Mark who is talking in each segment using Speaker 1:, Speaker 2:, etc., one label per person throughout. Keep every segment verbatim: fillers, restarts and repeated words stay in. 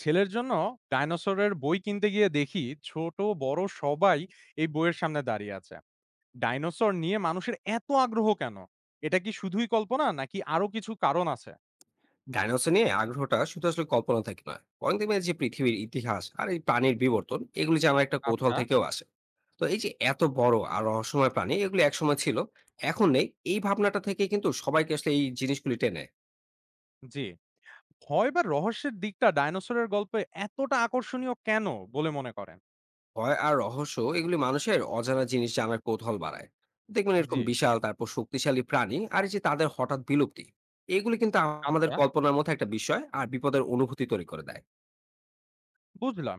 Speaker 1: ছেলের জন্য ডাইনোসরের বই কিনতে গিয়ে দেখি ছোট বড় সবাই এই বইয়ের সামনে দাঁড়িয়ে আছে। ডাইনোসর নিয়ে মানুষের এত আগ্রহ কেন? এটা কি শুধুই কল্পনা নাকি আরো কিছু কারণ আছে?
Speaker 2: ডাইনোসর নিয়ে আগ্রহটা শুধু আসলে কল্পনা থেকে নয়, বরং দেখবেন যে পৃথিবীর ইতিহাস আর এই প্রাণীর বিবর্তন এগুলি জানার একটা কৌতূহল
Speaker 1: আচ্ছা।
Speaker 2: থেকেও আসে। তো এই যে এত বড় আর রহস্যময় প্রাণী এগুলি একসময় ছিল, এখন নেই, এই ভাবনাটা থেকে কিন্তু সবাইকে আসলে এই জিনিসগুলি টেনে।
Speaker 1: জি, ভয় বা রহস্যের দিকটা ডাইনোসরের গল্পে এতটা আকর্ষণীয় কেন বলে মনে করেন?
Speaker 2: ভয় আর রহস্য এগুলি মানুষের অজানা জিনিস জানার কৌতূহল বাড়ায়। দেখবেন
Speaker 1: জি।
Speaker 2: এরকম বিশাল, তারপর শক্তিশালী প্রাণী আর এই যে তাদের হঠাৎ বিলুপ্তি, এগুলি কিন্তু আমাদের
Speaker 1: আচ্ছা।
Speaker 2: কল্পনার মধ্যে একটা বিষয় আর বিপদের অনুভূতি তৈরি করে দেয়।
Speaker 1: বুঝলাম।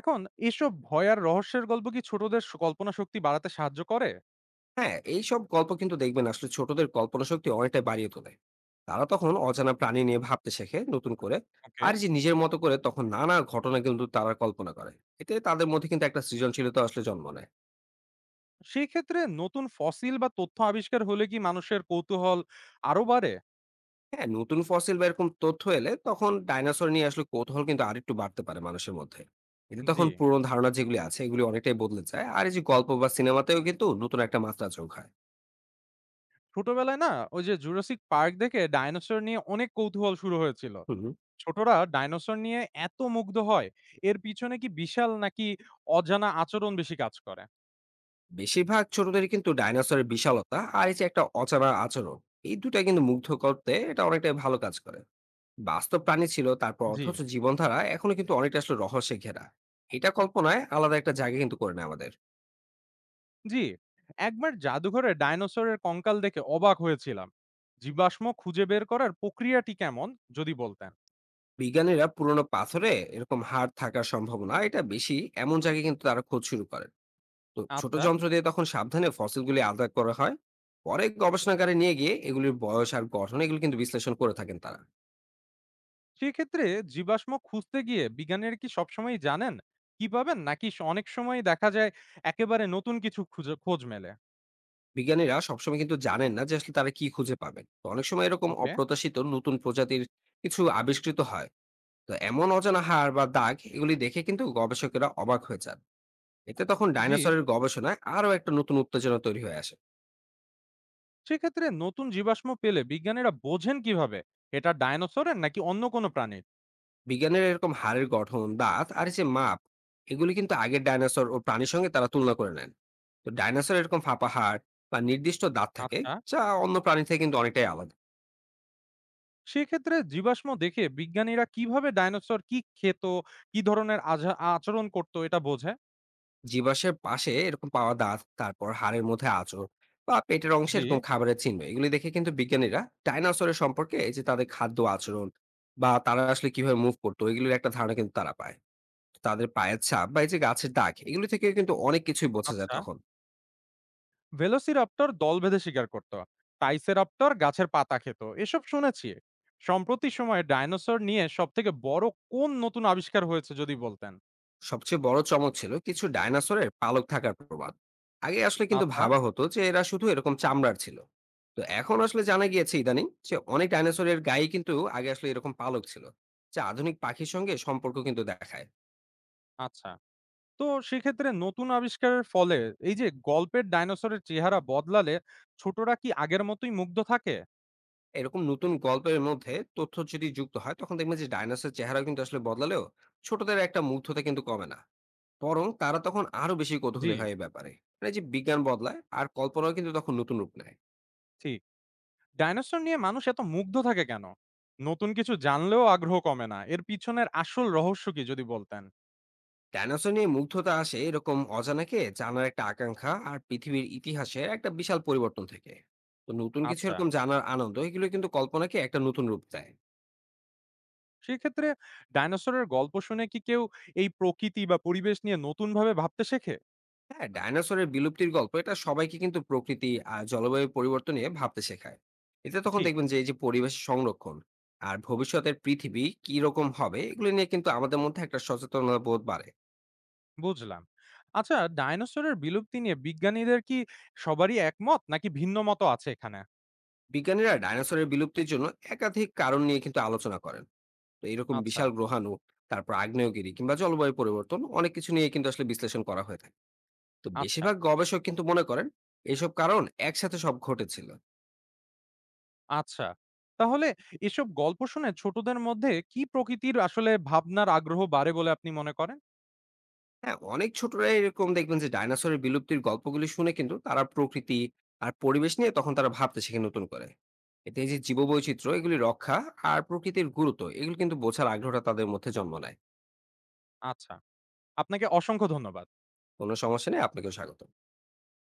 Speaker 1: এখন এসব ভয় আর রহস্যের গল্প কি ছোটদের স- কল্পনা শক্তি বাড়াতে সাহায্য করে?
Speaker 2: হ্যাঁ, এইসব গল্প কিন্তু দেখবেন আসলে ছোটদের কল্পনা শক্তি অনেকটাই বাড়িয়ে তোলে। তারা তখন অজানা প্রাণী নিয়ে ভাবতে শেখে নতুন করে।
Speaker 1: ওকে।
Speaker 2: আর এই যে নিজের মতো করে তখন নানা ঘটনা কিন্তু তারা কল্পনা করে। এতে তাদের মধ্যে কিন্তু একটা সৃজনশীলতা আসলে জন্ম নেয়।
Speaker 1: সেই ক্ষেত্রে নতুন ফসিল বা তথ্য আবিষ্কার হলে কি মানুষের কৌতূহল আরো বাড়ে?
Speaker 2: হ্যাঁ, নতুন ফসিল বা এরকম তথ্য এলে তখন ডাইনোসর নিয়ে আসলে কৌতূহল কিন্তু আরেকটু বাড়তে পারে মানুষের মধ্যে। এতে
Speaker 1: জি।
Speaker 2: তখন পুরনো ধারণা যেগুলি আছে এগুলি অনেকটাই বদলে যায়। আর এই যে গল্প বা সিনেমাতেও কিন্তু নতুন একটা মাত্রা যোগ হয়।
Speaker 1: ছোটবেলায় না ওই যে জুরাসিক পার্ক দেখে ডাইনোসর নিয়ে অনেক কৌতূহল শুরু হয়েছিল।
Speaker 2: হুম।
Speaker 1: ছোটরা ডাইনোসর নিয়ে এত মুগ্ধ হয়, এর পিছনে কি বিশাল নাকি অজানা আচরণ বেশি কাজ করে?
Speaker 2: বেশিরভাগ ছোটদের কিন্তু ডাইনোসরের বিশালতা আর এই যে একটা অচেনা আচরণ, এই দুটা কিন্তু মুগ্ধ করতে এটা অনেকটাই ভালো কাজ করে। বাস্তব প্রাণী ছিল, তারপর
Speaker 1: জি,
Speaker 2: অথচ জীবনধারা এখনো কিন্তু অনেকটা আসলে রহস্যে ঘেরা। এটা কল্পনায় আলাদা একটা জায়গা কিন্তু করে নেয় আমাদের।
Speaker 1: জি। একবার জাদুঘরে ডাইনোসরের কঙ্কাল দেখে অবাক হয়েছিলাম। জীবাশ্ম খুঁজে বের করার প্রক্রিয়াটি কেমন যদি বলতেন?
Speaker 2: বিজ্ঞানীরা পুরনো পাথরে এরকম হাড় থাকার সম্ভাবনা এটা বেশি, এমন জায়গায় কিন্তু তারা খোঁজ শুরু করেন। তো ছোট
Speaker 1: আচ্ছা।
Speaker 2: যন্ত্র দিয়ে তখন সাবধানে ফসিলগুলি আলাদা করা হয়। পরে গবেষণাগারে নিয়ে গিয়ে এগুলির বয়স আর গঠন এগুলো কিন্তু বিশ্লেষণ করে থাকেন তারা।
Speaker 1: সেক্ষেত্রে জীবাশ্ম খুঁজতে গিয়ে বিজ্ঞানীরা কি সবসময়ই জানেন কি পাবেন, নাকি স অনেক সময়ই দেখা যায় একেবারে নতুন কিছু খুঁজে খোঁজ মেলে?
Speaker 2: বিজ্ঞানীরা সবসময় কিন্তু জানেন না যে আসলে তারা কি খুঁজে পাবেন। তো অনেক সময় এরকম
Speaker 1: ওকে।
Speaker 2: অপ্রত্যাশিত নতুন প্রজাতির কিছু আবিষ্কৃত হয়। তো এমন অজানা হাড় বা দাগ এগুলি দেখে কিন্তু গবেষকেরা অবাক হয়ে যান। এতে তখন
Speaker 1: জি।
Speaker 2: ডাইনোসরের গবেষণায় আরো একটা নতুন উত্তেজনা তৈরি হয়ে আসে।
Speaker 1: সেক্ষেত্রে নতুন জীবাশ্ম পেলে বিজ্ঞানীরা বোঝেন কিভাবে এটা ডায়নোসরের নাকি অন্য কোনো প্রাণীর?
Speaker 2: বিজ্ঞানীরা এরকম হাড়ের গঠন, দাঁত আর এই যে মাপ, এগুলি কিন্তু আগের ডাইনোসর ও প্রাণীর সঙ্গে তারা তুলনা করে নেন। তো ডাইনোসর এরকম ফাঁপা হাড় বা নির্দিষ্ট দাঁত থাকে,
Speaker 1: আচ্ছা।
Speaker 2: যা অন্য প্রাণী থেকে কিন্তু অনেকটাই আলাদা।
Speaker 1: সেক্ষেত্রে জীবাশ্ম দেখে বিজ্ঞানীরা কিভাবে ডায়নোসর কি খেত, কি ধরনের আঝা- আচরণ করত এটা বোঝে?
Speaker 2: জীবাশ্মের পাশে এরকম পাওয়া দাঁত, তারপর হাড়ের মধ্যে আঁচড় বা পেটের অংশে
Speaker 1: জি।
Speaker 2: এরকম খাবারের চিহ্ন এগুলি দেখে কিন্তু বিজ্ঞানীরা ডাইনোসরের সম্পর্কে এই যে তাদের খাদ্য আচরণ বা তারা আসলে কিভাবে মুভ করতো এগুলির একটা ধারণা কিন্তু তারা পায়। তাদের পায়ের ছাপ বা এই যে গাছের দাগ এগুলি থেকে কিন্তু অনেক কিছুই বোঝা যায়
Speaker 1: আচ্ছা।
Speaker 2: তখন।
Speaker 1: ভেলোসিরাপ্টর দল বেঁধে শিকার করত, টাইসেরাপ্টর গাছের পাতা খেত, এসব শুনেছি। সম্প্রতি সময়ে ডায়নোসর নিয়ে সব থেকে বড় কোন নতুন আবিষ্কার হয়েছে যদি বলতেন?
Speaker 2: সবচেয়ে বড় চমক ছিল কিছু ডায়নোসরের পালক থাকার প্রবাদ। আগে আসলে কিন্তু
Speaker 1: আচ্ছা।
Speaker 2: ভাবা হতো যে এরা শুধু এরকম চামড়ার ছিল। তো এখন আসলে জানা গিয়েছে ইদানিং যে অনেক ডাইনোসরের গায়ে কিন্তু আগে আসলে এরকম পালক ছিল, যা আধুনিক পাখির সঙ্গে সম্পর্ক কিন্তু দেখায়।
Speaker 1: আচ্ছা, তো সেক্ষেত্রে নতুন আবিষ্কারের ফলে এই যে গল্পের ডাইনোসরের চেহারা বদলালে ছোটরা কি আগের মতোই মুগ্ধ থাকে?
Speaker 2: এরকম নতুন গল্পের মধ্যে তথ্য যদি যুক্ত হয় তখন দেখবেন যে ডাইনোসরের চেহারা কিন্তু আসলে বদলালেও ছোটদের একটা মুগ্ধতা কিন্তু কমে না, বরং তারা তখন আরো বেশি
Speaker 1: জি।
Speaker 2: কৌতূহলী হয় এই ব্যাপারে। মানে যে বিজ্ঞান বদলায় আর কল্পনাও কিন্তু তখন নতুন রূপ নেয়।
Speaker 1: ঠিক। ডাইনোসর নিয়ে মানুষ এত মুগ্ধ থাকে কেন, নতুন কিছু জানলেও আগ্রহ কমে না, এর পিছনের আসল রহস্য কি যদি বলতেন?
Speaker 2: ডাইনোসর নিয়ে মুগ্ধতা আসে এরকম অজানাকে জানার একটা আকাঙ্ক্ষা আর পৃথিবীর ইতিহাসে একটা বিশাল পরিবর্তন থেকে। তো নতুন কিছু
Speaker 1: আচ্ছা।
Speaker 2: এরকম জানার আনন্দ এগুলো কিন্তু কল্পনাকে একটা নতুন রূপ দেয়।
Speaker 1: সেক্ষেত্রে ডাইনোসরের গল্প শুনে কি কেউ এই প্রকৃতি বা পরিবেশ নিয়ে নতুন ভাবে ভাবতে শেখে?
Speaker 2: হ্যাঁ, ডাইনোসরের বিলুপ্তির গল্প এটা সবাইকে কিন্তু প্রকৃতি আর জলবায়ু পরিবর্তন নিয়ে ভাবতে শেখায়। এতে তখন
Speaker 1: ঠিক।
Speaker 2: দেখবেন যে এই যে পরিবেশ সংরক্ষণ আর ভবিষ্যতের পৃথিবী কি রকম হবে এগুলো নিয়ে কিন্তু আমাদের মধ্যে একটা সচেতনতা বোধ বাড়ে।
Speaker 1: বুঝলাম। আচ্ছা, ডাইনোসরের বিলুপ্তি নিয়ে বিজ্ঞানীদের কি সবারই একমত নাকি ভিন্ন মত আছে এখানে?
Speaker 2: বিজ্ঞানীরা ডাইনোসরের বিলুপ্তির জন্য একাধিক কারণ নিয়ে কিন্তু আলোচনা করেন। তো এরকম
Speaker 1: আচ্ছা।
Speaker 2: বিশাল গ্রহাণু, তারপর আগ্নেয়গিরি কিংবা জলবায়ু পরিবর্তন, অনেক কিছু নিয়ে কিন্তু আসলে বিশ্লেষণ করা হয়ে থাকে। তো
Speaker 1: আচ্ছা।
Speaker 2: বেশিরভাগ গবেষক কিন্তু মনে করেন এইসব কারণ একসাথে সব ঘটেছিল।
Speaker 1: আচ্ছা। তাহলে এসব গল্প শুনে ছোটদের মধ্যে কি প্রকৃতির আসলে ভাবনার আগ্রহ বাড়ে বলে আপনি মনে করেন?
Speaker 2: হ্যাঁ, অনেক ছোটরা এরকম দেখবেন যে ডাইনোসরের বিলুপ্তির গল্পগুলি শুনে কিন্তু তারা প্রকৃতি আর পরিবেশ নিয়ে তখন তারা ভাবতে শেখে নতুন করে। এতে এই যে জীববৈচিত্র্য এগুলি রক্ষা আর প্রকৃতির গুরুত্ব এগুলো কিন্তু বোঝার আগ্রহটা তাদের মধ্যে জন্ম নেয়।
Speaker 1: আচ্ছা, আপনাকে অসংখ্য ধন্যবাদ।
Speaker 2: কোনো সমস্যা নেই, আপনাকেও স্বাগত।